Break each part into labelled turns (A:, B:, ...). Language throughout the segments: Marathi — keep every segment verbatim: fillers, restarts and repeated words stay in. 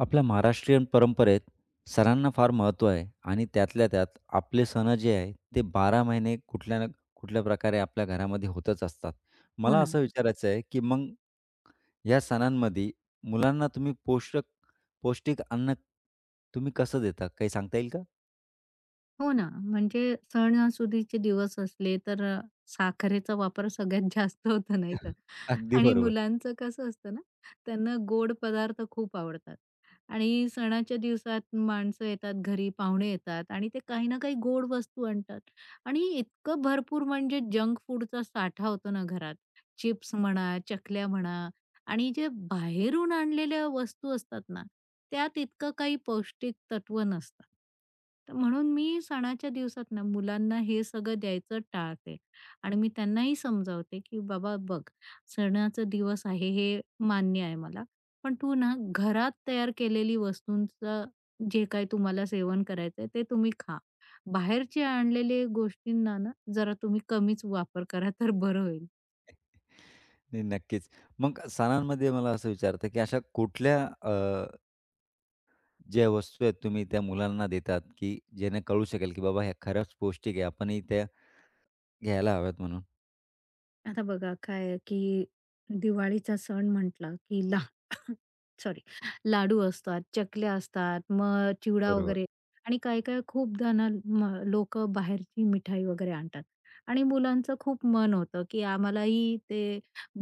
A: आपल्या महाराष्ट्रीयन परंपरेत सणांना फार महत्त्व आहे आणि त्यातल्या त्यात आपले सण जे आहे ते बारा महिने कुठल्या ना कुठल्या प्रकारे आपल्या घरामध्ये होतच असतात.
B: हो
A: मला
B: ना.
A: असं विचारायचं आहे, की मग या सणांमध्ये मुलांना तुम्ही पोषक पौष्टिक अन्न तुम्ही कसं देता? काही सांगता येईल का?
B: हो ना. म्हणजे सणासुदीचे दिवस असले तर अ, साखरेचा वापर सगळ्यात जास्त होतो नाही का?
A: अगदी
B: आणि
A: बरोबर.
B: मुलांचं कसं असतं ना, त्यांना गोड पदार्थ खूप आवडतात आणि सणाच्या दिवसात माणसं येतात घरी, पाहुणे येतात आणि ते काही ना काही गोड वस्तू आणतात आणि इतकं भरपूर म्हणजे जंक फूडचा साठा होतो ना घरात. चिप्स म्हणा, चकल्या म्हणा आणि जे बाहेरून आणलेल्या वस्तू असतात ना, त्यात इतकं काही पौष्टिक तत्व नसतात. तर म्हणून मी सणाच्या दिवसात ना, मुलांना हे सगळं द्यायचं टाळते आणि मी त्यांनाही समजावते, की "बाबा बघ, सणाचा दिवस आहे हे मान्य आहे मला, पण तू ना घरात तयार केलेली वस्तूंचं जे काही तुम्हाला सेवन करायचंय ते तुम्ही खा. बाहेरचे आणलेले गोष्टींना ना, जरा तुम्ही कमीच वापर करा तर बरं होईल."
A: नाही नक्कीच. मग सणांमध्ये मला असं विचारतं, की अशा कुठल्या अ, ज्या वस्तू आहेत तुम्ही त्या मुलांना देतात, की ज्याने कळू शकेल, की बाबा ह्या खरंच पौष्टिक आहे. आपणही त्या घ्यायला हव्यात म्हणून?
B: आता बघा काय आहे, की दिवाळीचा सण म्हटला की सॉरी लाडू असतात, चकल्या असतात, मग चिवडा
A: बरोबर.
B: वगैरे आणि काही-काही खूपदा ना म लोकं बाहेरची मिठाई वगैरे आणतात आणि मुलांचं खूप मन होतं, की आम्हालाही ते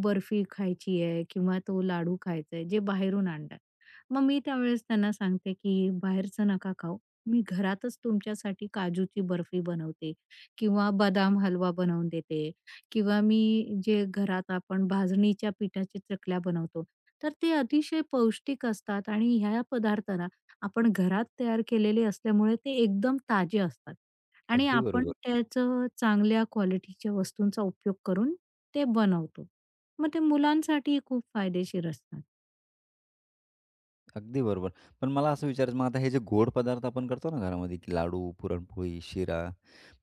B: बर्फी खायची आहे किंवा तो लाडू खायचा आहे, जे बाहेरून आणतात. मग मी त्यावेळेस त्यांना सांगते, की "बाहेरचं नका खाऊ. मी घरातच तुमच्यासाठी काजूची बर्फी बनवते किंवा बदाम हलवा बनवून देते किंवा मी जे घरात आपण भाजणीच्या पिठाच्या चकल्या बनवतो, तर ते अतिशय पौष्टिक असतात आणि ह्या पदार्थांना आपण घरात तयार केलेले असल्यामुळे ते एकदम ताजे असतात आणि
A: अगदी
B: आपण
A: बरोबर,
B: त्याचं चांगल्या क्वालिटीच्या वस्तूंचा उपयोग करून ते बनवतो. मग ते मुलांसाठी खूप फायदेशीर असतात.
A: अगदी बरोबर. पण मला असं विचारायचं मग आता हे जे गोड पदार्थ आपण करतो ना घरामध्ये, की लाडू, पुरणपोळी, शिरा,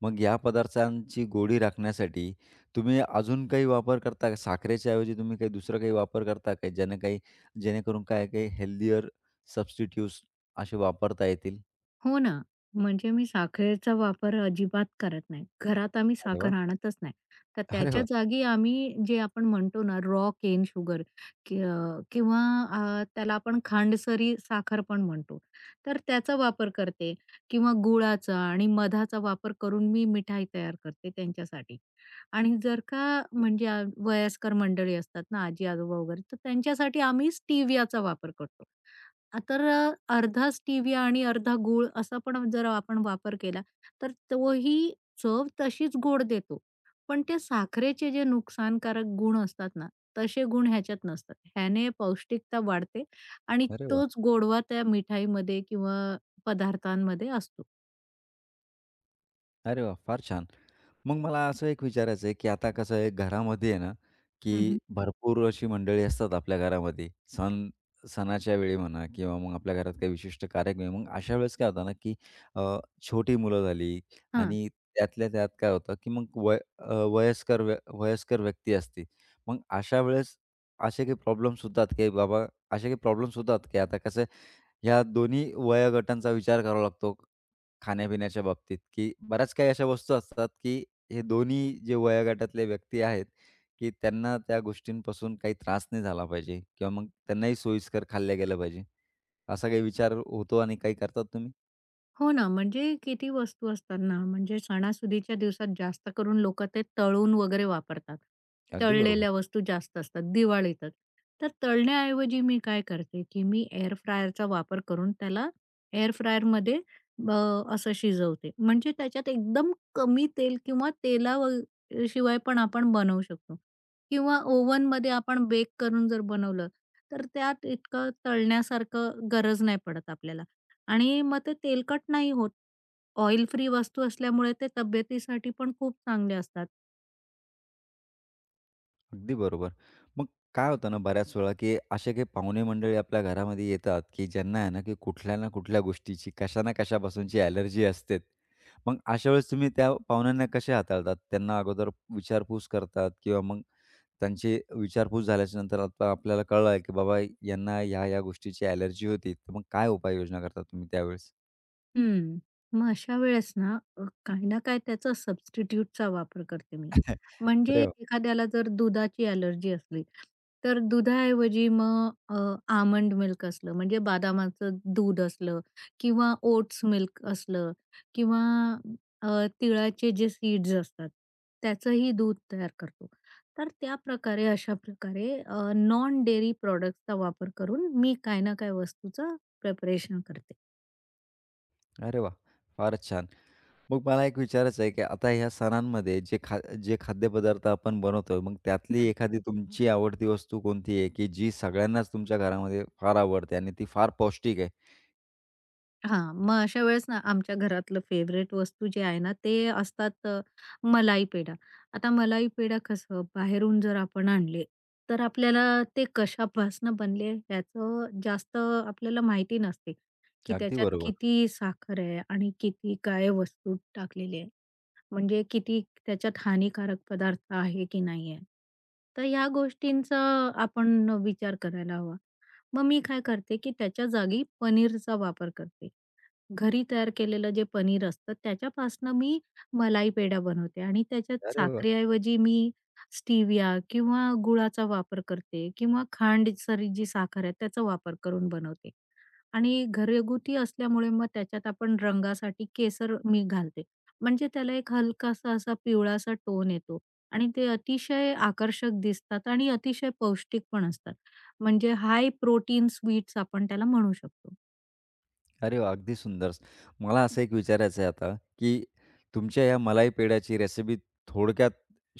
A: मग या पदार्थांची गोडी राखण्यासाठी तुम्ही अजून काही वापर करता का? साखरेच्या ऐवजी तुम्ही काही दुसरा काही वापर करता का? ज्याने काही जेणेकरून काय काही हेल्दीयर सबस्टिट्यूट्स असे वापरता येतील?
B: हो ना. म्हणजे मी साखरेचा वापर अजिबात करत नाही. घरात आम्ही
A: अरे वाह!
B: साखर आणतच नाही. तर
A: अरे
B: त्याच्या
A: वाह!
B: जागी आम्ही जे आपण म्हणतो ना रॉ केन शुगर कि अ, किंवा अ, त्याला आपण खांडसरी साखर पण म्हणतो. तर त्याचा वापर करते किंवा गुळाचा आणि मधाचा वापर करून मी मिठाई तयार करते त्यांच्यासाठी. आणि जर का म्हणजे अ, वयस्कर मंडळी असतात ना, आजी-आजोबा वगैरे, तर त्यांच्यासाठी आम्ही स्टिवियाचा वापर करतो. आ, तर अ, अर्धाच स्टीविया आणि अर्धा गूळ असा पण जर आपण वापर केला, तर तोही चव तशीच गोड देतो. पण ते साखरेचे जे नुकसानकारक गुण असतात ना, तसे गुण ह्याच्यात नसतात. ह्याने पौष्टिकता वाढते आणि
A: अरे वाह!
B: तोच गोडवा त्या मिठाईमध्ये किंवा पदार्थांमध्ये असतो.
A: अरे वाह! फार छान. मग मला असं एक विचारायचं आहे, की आता कसं आहे घरामध्ये आहे ना,
B: हं,
A: की
B: हं.
A: भरपूर अशी मंडळी असतात आपल्या घरामध्ये. सण सणाच्या वेळी म्हणा किंवा मग आपल्या घरात काही विशिष्ट कार्यक्रम आहे. मग अशा वेळेस काय होतं ना, की अ, छोटी मुलं झाली आणि त्यातल्या त्यात काय होतं, की मग वय अ, वयस्कर व्य वयस्कर व्यक्ती असते. मग अशा वेळेस असे काही प्रॉब्लेम्स होतात, की बाबा असे काही प्रॉब्लेम्स होतात, की आता कसं ह्या दोन्ही वयोगटांचा विचार करावा लागतो. खाण्यापिण्याच्या बाबतीत, की बऱ्याच काही अशा वस्तू असतात, की हे दोन्ही जे वयोगटातले व्यक्ती आहेत, की त्यांना त्या गोष्टींपासून काही त्रास नाही झाला पाहिजे किंवा मग त्यांनाही सोयीस्कर खाल्ल्या गेल्या पाहिजे. असा काही विचार होतो आणि काही करतात तुम्ही?
B: हो ना, म्हणजे किती वस्तू असतात ना, म्हणजे सणासुदीच्या दिवसात जास्त करून लोकं ते तळून वगैरे वापरतात.
A: अगदी बरोबर,
B: तळलेल्या वस्तू जास्त असतात दिवाळीतच. तर तळण्याऐवजी मी काय करते, की मी एअर फ्रायरचा वापर करून त्याला एअर फ्रायरमध्ये असं शिजवते. म्हणजे त्याच्यात एकदम कमी तेल किंवा तेला व शिवाय पण आपण बनवू शकतो किंवा ओव्हनमध्ये आपण बेक करून जर बनवलं, तर त्यात इतकं तळण्यासारखं गरज नाही पडत आपल्याला. आणि मग ते तेलकट नाही होत. ऑइल फ्री वस्तू असल्यामुळे ते तब्येतीसाठी पण खूप चांगले असतात.
A: अगदी बरोबर. मग काय होतं ना बऱ्याच वेळा, की असे काही पाहुणे मंडळी आपल्या घरामध्ये येतात, की ज्यांना आहे ना, की कुठल्या ना कुठल्या गोष्टीची, कशा ना कशापासूनची ॲलर्जी असते. मग अशा वेळेस तुम्ही त्या पाहुण्यांना कसे हाताळतात? त्यांना अगोदर विचारपूस करतात किंवा मग त्यांची विचारपूस झाल्याच्या नंतर आता आपल्याला कळलं की बाबा यांना ह्या-ह्या गोष्टीची ॲलर्जी होती. तर मग काय उपाययोजना करता तुम्ही त्यावेळेस?
B: हं. मग अशा वेळेस ना अ, काही ना काही त्याचा सबस्टिट्यूटचा वापर करते मी. म्हणजे
A: अरे वाह!
B: एखाद्याला जर दुधाची ॲलर्जी असली, तर दुधाऐवजी मग अ, आल्मंड मिल्क असलं म्हणजे बदामाचं दूध असलं किंवा ओट्स मिल्क असलं किंवा अ, तिळाचे जे सीड्स असतात, त्याचंही दूध तयार करतो. तर त्याप्रकारे अशा प्रकारे नॉन डेअरी प्रॉडक्ट्सचा वापर करून मी काही ना काही वस्तूचं प्रिपरेशन करते.
A: अरे वाह! फारच छान. मग मला एक विचारायचं आहे की आता ह्या सणांमध्ये जे खा जे खाद्यपदार्थ आपण बनवतो, मग त्यातली एखादी तुमची आवडती वस्तू कोणती आहे की जी सगळ्यांनाच तुमच्या घरामध्ये फार आवडते आणि ती फार पौष्टिक आहे?
B: हां, मग अशा वेळेस ना आमच्या घरातलं फेव्हरेट वस्तू जे आहे ना, ते असतात अ, मलाई पेढा. आता मलाई पेढा कसं बाहेरून जर आपण आणले, तर आपल्याला ते कशापासनं बनले ह्याचं जास्त आपल्याला माहिती नसते, की
A: अगदी
B: त्याच्यात
A: बरोबर.
B: किती साखर आहे आणि किती काय वस्तू टाकलेली आहे. म्हणजे किती त्याच्यात हानिकारक पदार्थ आहे की नाही आहे. तर ह्या गोष्टींचा आपण विचार करायला हवा. मग मी काय करते, की त्याच्या जागी पनीरचा वापर करते. घरी तयार केलेलं जे पनीर असतं त्याच्यापासनं मी मलाई पेढा बनवते आणि त्याच्यात
A: अरे वाह!
B: साखरेऐवजी मी स्टिविया किंवा गुळाचा वापर करते किंवा खांडसरी जी साखर आहे त्याचा वापर करून बनवते आणि घरगुती असल्यामुळे मग त्याच्यात आपण रंगासाठी केसर मी घालते. म्हणजे त्याला एक हलकासा असा पिवळासा टोन येतो आणि ते अतिशय आकर्षक दिसतात आणि अतिशय पौष्टिक पण असतात. म्हणजे हाय प्रोटीन स्वीट्स आपण त्याला म्हणू शकतो.
A: अरे वाह! अगदी सुंदर. मला असं एक विचारायचं आहे आता, की तुमच्या या मलाई पेढ्याची रेसिपी थोडक्यात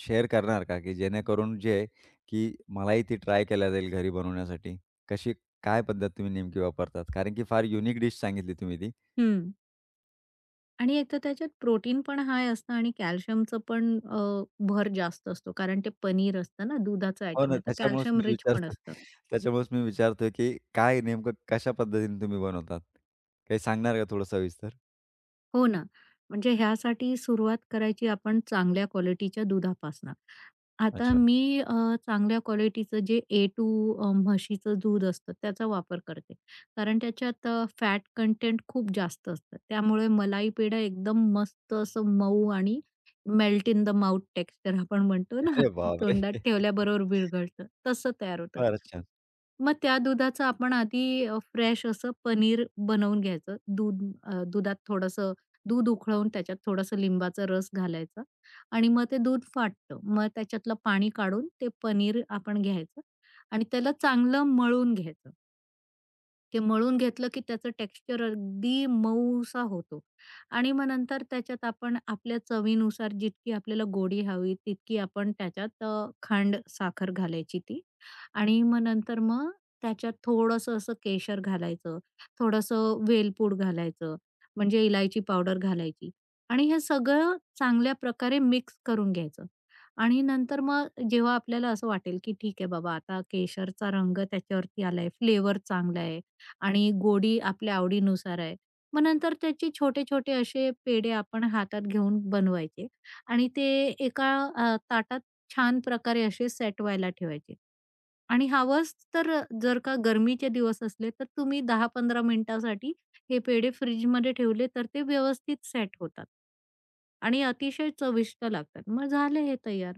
A: शेअर करणार का? की जेणेकरून जे आहे, की मलाई ती ट्राय केल्या जाईल घरी बनवण्यासाठी. कशी काय पद्धत तुम्ही नेमकी वापरतात? कारण की फार युनिक डिश सांगितली तुम्ही ती.
B: हं. आणि एक तर त्याच्यात प्रोटीन पण हाय असतं आणि कॅल्शियमचं पण अ, भर जास्त असतो. कारण ते पनीर असतं ना, दुधाचं
A: हो
B: आयटम
A: ना,
B: आहे, तर
A: त्याच्यामुळेच
B: कॅल्शियम
A: मी
B: रिच पण
A: विचारतो
B: असतं.
A: त्याच्यामुळेच मी विचारतोय, की काय नेमकं कशा पद्धतीने तुम्ही बनवतात? काही सांगणार का थोडं सविस्तर?
B: हो ना. म्हणजे ह्यासाठी सुरुवात करायची आपण चांगल्या क्वालिटीच्या दुधापासनं. आता
A: अच्छा.
B: मी अ, चांगल्या क्वालिटीचं जे ए टू अ, म्हशीचं दूध असतं त्याचा वापर करते. कारण त्याच्यात अ, फॅट कंटेंट खूप जास्त असतं. त्यामुळे मलाई पेढा एकदम मस्त असं मऊ आणि melt in the mouth texture आपण म्हणतो ना,
A: अरे
B: की
A: बापरे!
B: तोंडात ठेवल्याबरोबर विरघळतं, तसं तयार होतं.
A: फारच छान.
B: मग त्या दुधाचं आपण आधी फ्रेश असं पनीर बनवून घ्यायचं. दूध अ, दुधात थोडंसं दूध उकळवून त्याच्यात थोडासा लिंबाचा रस घालायचा आणि मग ते दूध फाटतं. मग त्याच्यातलं पाणी काढून ते पनीर आपण घ्यायचं आणि त्याला चांगलं मळून घ्यायचं. ते मळून घेतलं की त्याचं टेक्स्चर अगदी मऊसा होतो आणि मग नंतर त्याच्यात आपण आपल्या चवीनुसार जितकी आपल्याला गोडी हवी तितकी आपण त्याच्यात अ, खांड साखर घालायची ती आणि मग नंतर मग त्याच्यात थोडंसं असं केशर घालायचं, थोडंसं वेलपूड घालायचं, म्हणजे इलायची पावडर घालायची आणि हे सगळं चांगल्या प्रकारे मिक्स करून घ्यायचं आणि नंतर मग जेव्हा आपल्याला असं वाटेल की ठीक आहे बाबा आता केशरचा रंग त्याच्यावरती आलाय, फ्लेवर चांगला आहे आणि गोडी आपल्या आवडीनुसार आहे. मग नंतर त्याचे छोटे-छोटे असे पेढे आपण हातात घेऊन बनवायचे आणि ते एका अ, ताटात छान प्रकारे असे सेट व्हायला ठेवायचे. आणि हवंच तर जर का गरमीचे दिवस असले तर तुम्ही दहा ते पंधरा मिनिटासाठी हे पेढे फ्रिजमध्ये ठेवले तर ते व्यवस्थित सेट होतात. आणि अतिशय चविष्ट लागतात. मग झाले हे तयार.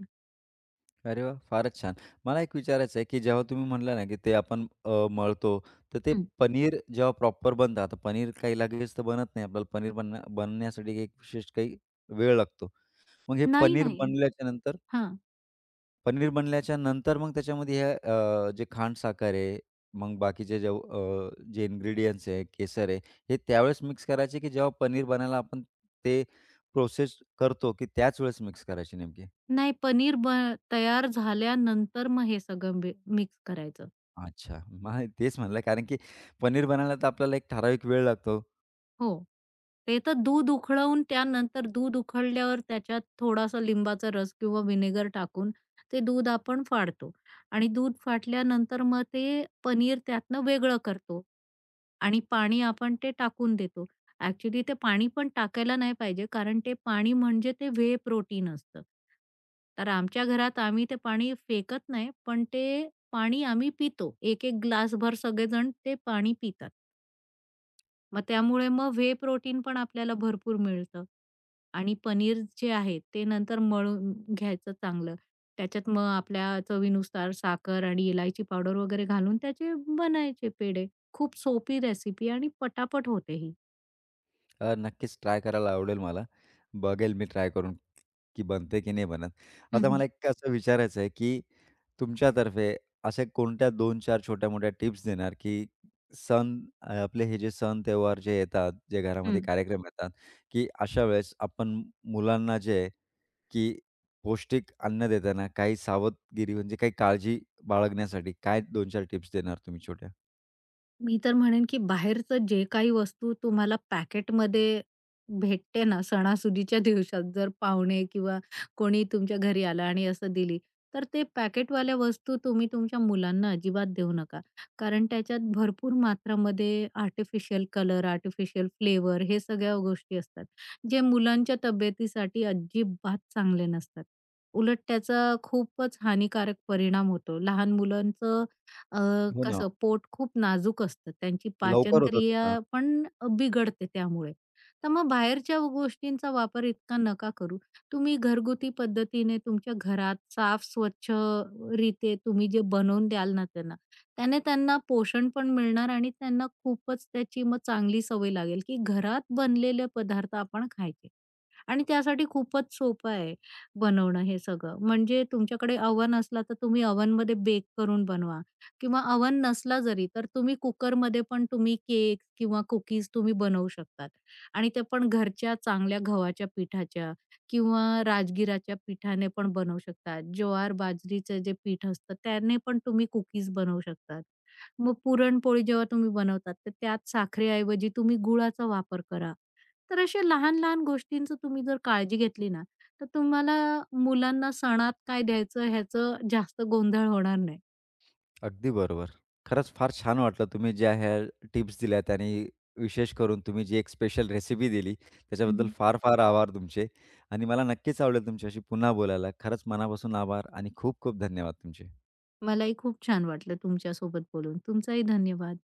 A: अरे वाह! फारच छान. मला एक विचारायचं आहे, की जेव्हा तुम्ही म्हणला ना, की ते आपण अ, मळतो, तर ते
B: हं.
A: पनीर जेव्हा प्रॉपर बनतं, आता पनीर काही लगेच तर बनत नाही. आपल्याला पनीर बन बनण्यासाठी एक विशेष काही वेळ लागतो. मग हे
B: नाही,
A: पनीर
B: नाही.
A: बनल्याच्या नंतर
B: हां.
A: पनीर बनल्याच्या नंतर मग त्याच्यामध्ये हे अ, जे खांडसाखर आहे, मग बाकीचे जे अ, जे इन्ग्रीडियंट्स आहे, केसर आहे, हे त्यावेळेस मिक्स करायचे, की जेव्हा पनीर बनायला आपण ते प्रोसेस करतो, की त्याच वेळेस मिक्स करायची नेमकी?
B: नाही पनीर ब तयार झाल्यानंतर मग हे सगळं मिक्स करायचं.
A: अच्छा. मग तेच म्हणलं कारण की पनीर बनायला तर आपल्याला एक ठराविक वेळ लागतो.
B: हो. ते तर दूध उकळवून त्यानंतर दूध उकळल्यावर त्याच्यात थोडासा लिंबाचा रस किंवा व्हिनेगर टाकून ते दूध आपण फाडतो आणि दूध फाटल्यानंतर मग ते पनीर त्यातनं वेगळं करतो आणि पाणी आपण ते टाकून देतो. ॲक्चुअली ते पाणी पण टाकायला नाही पाहिजे कारण ते पाणी म्हणजे ते व्हे प्रोटीन असतं. तर आमच्या घरात आम्ही ते पाणी फेकत नाही, पण ते पाणी आम्ही पितो. एक-एक ग्लासभर सगळेजण ते पाणी पितात. मग त्यामुळे मग व्हे प्रोटीन पण आपल्याला भरपूर मिळतं आणि पनीर जे आहे ते नंतर मळून घ्यायचं चांगलं. त्याच्यात मग आपल्या चवीनुसार साखर आणि इलायची पावडर वगैरे घालून त्याचे बनायचे पेढे. खूप सोपी रेसिपी आणि पटापट होते ही.
A: अ, नक्कीच ट्राय करायला आवडेल मला. बघेल मी ट्राय करून की बनते की नाही बनत.
B: हं,
A: आता
B: हं.
A: मला एक असं विचारायचं आहे की तुमच्यातर्फे अशा कोणत्या दोन ते चार छोट्या-मोठ्या टिप्स देणार की सण अ, आपले हे जे सण-त्योहार जे येतात, जे घरामध्ये कार्यक्रम येतात, की अशा वेळेस आपण मुलांना जे आहे की पौष्टिक अन्न देताना काही सावधगिरी म्हणजे काही काळजी बाळगण्यासाठी काय दोन ते चार टिप्स देणार तुम्ही छोट्या?
B: मी तर म्हणेन, की बाहेरचं जे काही वस्तू तुम्हाला पॅकेटमध्ये भेटते ना, सणासुदीच्या दिवसात जर पाहुणे किंवा कोणी तुमच्या घरी आलं आणि असं दिली, तर ते पॅकेटवाल्या वस्तू तुम्ही तुमच्या मुलांना अजिबात देऊ नका. कारण त्याच्यात भरपूर मात्रामध्ये आर्टिफिशियल कलर, आर्टिफिशियल फ्लेवर हे सगळ्या गोष्टी असतात, जे मुलांच्या तब्येतीसाठी अजिबात चांगले नसतात. उलट त्याचा खूपच हानिकारक परिणाम होतो. लहान मुलांचं अ,
A: हो ना.
B: कसं पोट खूप नाजूक असतं, त्यांची
A: लवकर होतं ते
B: पाचनक्रिया
A: ना.
B: पण अ, बिघडते त्यामुळे. तर मग बाहेरच्या गोष्टींचा वापर इतका नका करू. तुम्ही घरगुती पद्धतीने तुमच्या घरात साफ स्वच्छ रीते तुम्ही जे बनवून द्याल ना त्यांना, त्याने त्यांना पोषण पण मिळणार आणि त्यांना खूपच त्याची मग चांगली सवय लागेल, की घरात बनलेले पदार्थ आपण खायचे. आणि त्यासाठी खूपच सोपं आहे बनवणं हे सगळं. म्हणजे तुमच्याकडे ओव्हन असला तर तुम्ही ओव्हनमध्ये बेक करून बनवा किंवा ओव्हन नसला जरी तर तुम्ही कुकरमध्ये पण तुम्ही केक किंवा कुकीज तुम्ही बनवू शकतात आणि ते पण घरच्या चांगल्या गव्हाच्या पिठाच्या किंवा राजगिराच्या पिठाने पण बनवू शकतात. ज्वार, बाजरीचं जे पीठ असतं त्याने पण तुम्ही कुकीज बनवू शकतात. मग पुरणपोळी जेव्हा तुम्ही बनवतात तर त्यात साखरेऐवजी तुम्ही गुळाचा वापर करा तर अशा लहान-लहान गोष्टींचं तुम्ही जर काळजी घेतली ना, तर तुम्हाला मुलांना सणात काय द्यायचं ह्याचं जास्त गोंधळ होणार नाही.
A: अगदी बरोबर. खरंच फार छान वाटलं तुम्ही ज्या ह्या टिप्स दिल्यात आणि विशेष करून तुम्ही जी एक स्पेशल रेसिपी दिली
B: हं,
A: त्याच्याबद्दल
B: हं.
A: फार फार आभार तुमचे आणि मला नक्कीच आवडेल तुमच्याशी पुन्हा बोलायला. खरंच मनापासून आभार आणि खूप खूप धन्यवाद तुमचे.
B: मलाही खूप छान वाटलं तुमच्यासोबत बोलून. तुमचाही धन्यवाद.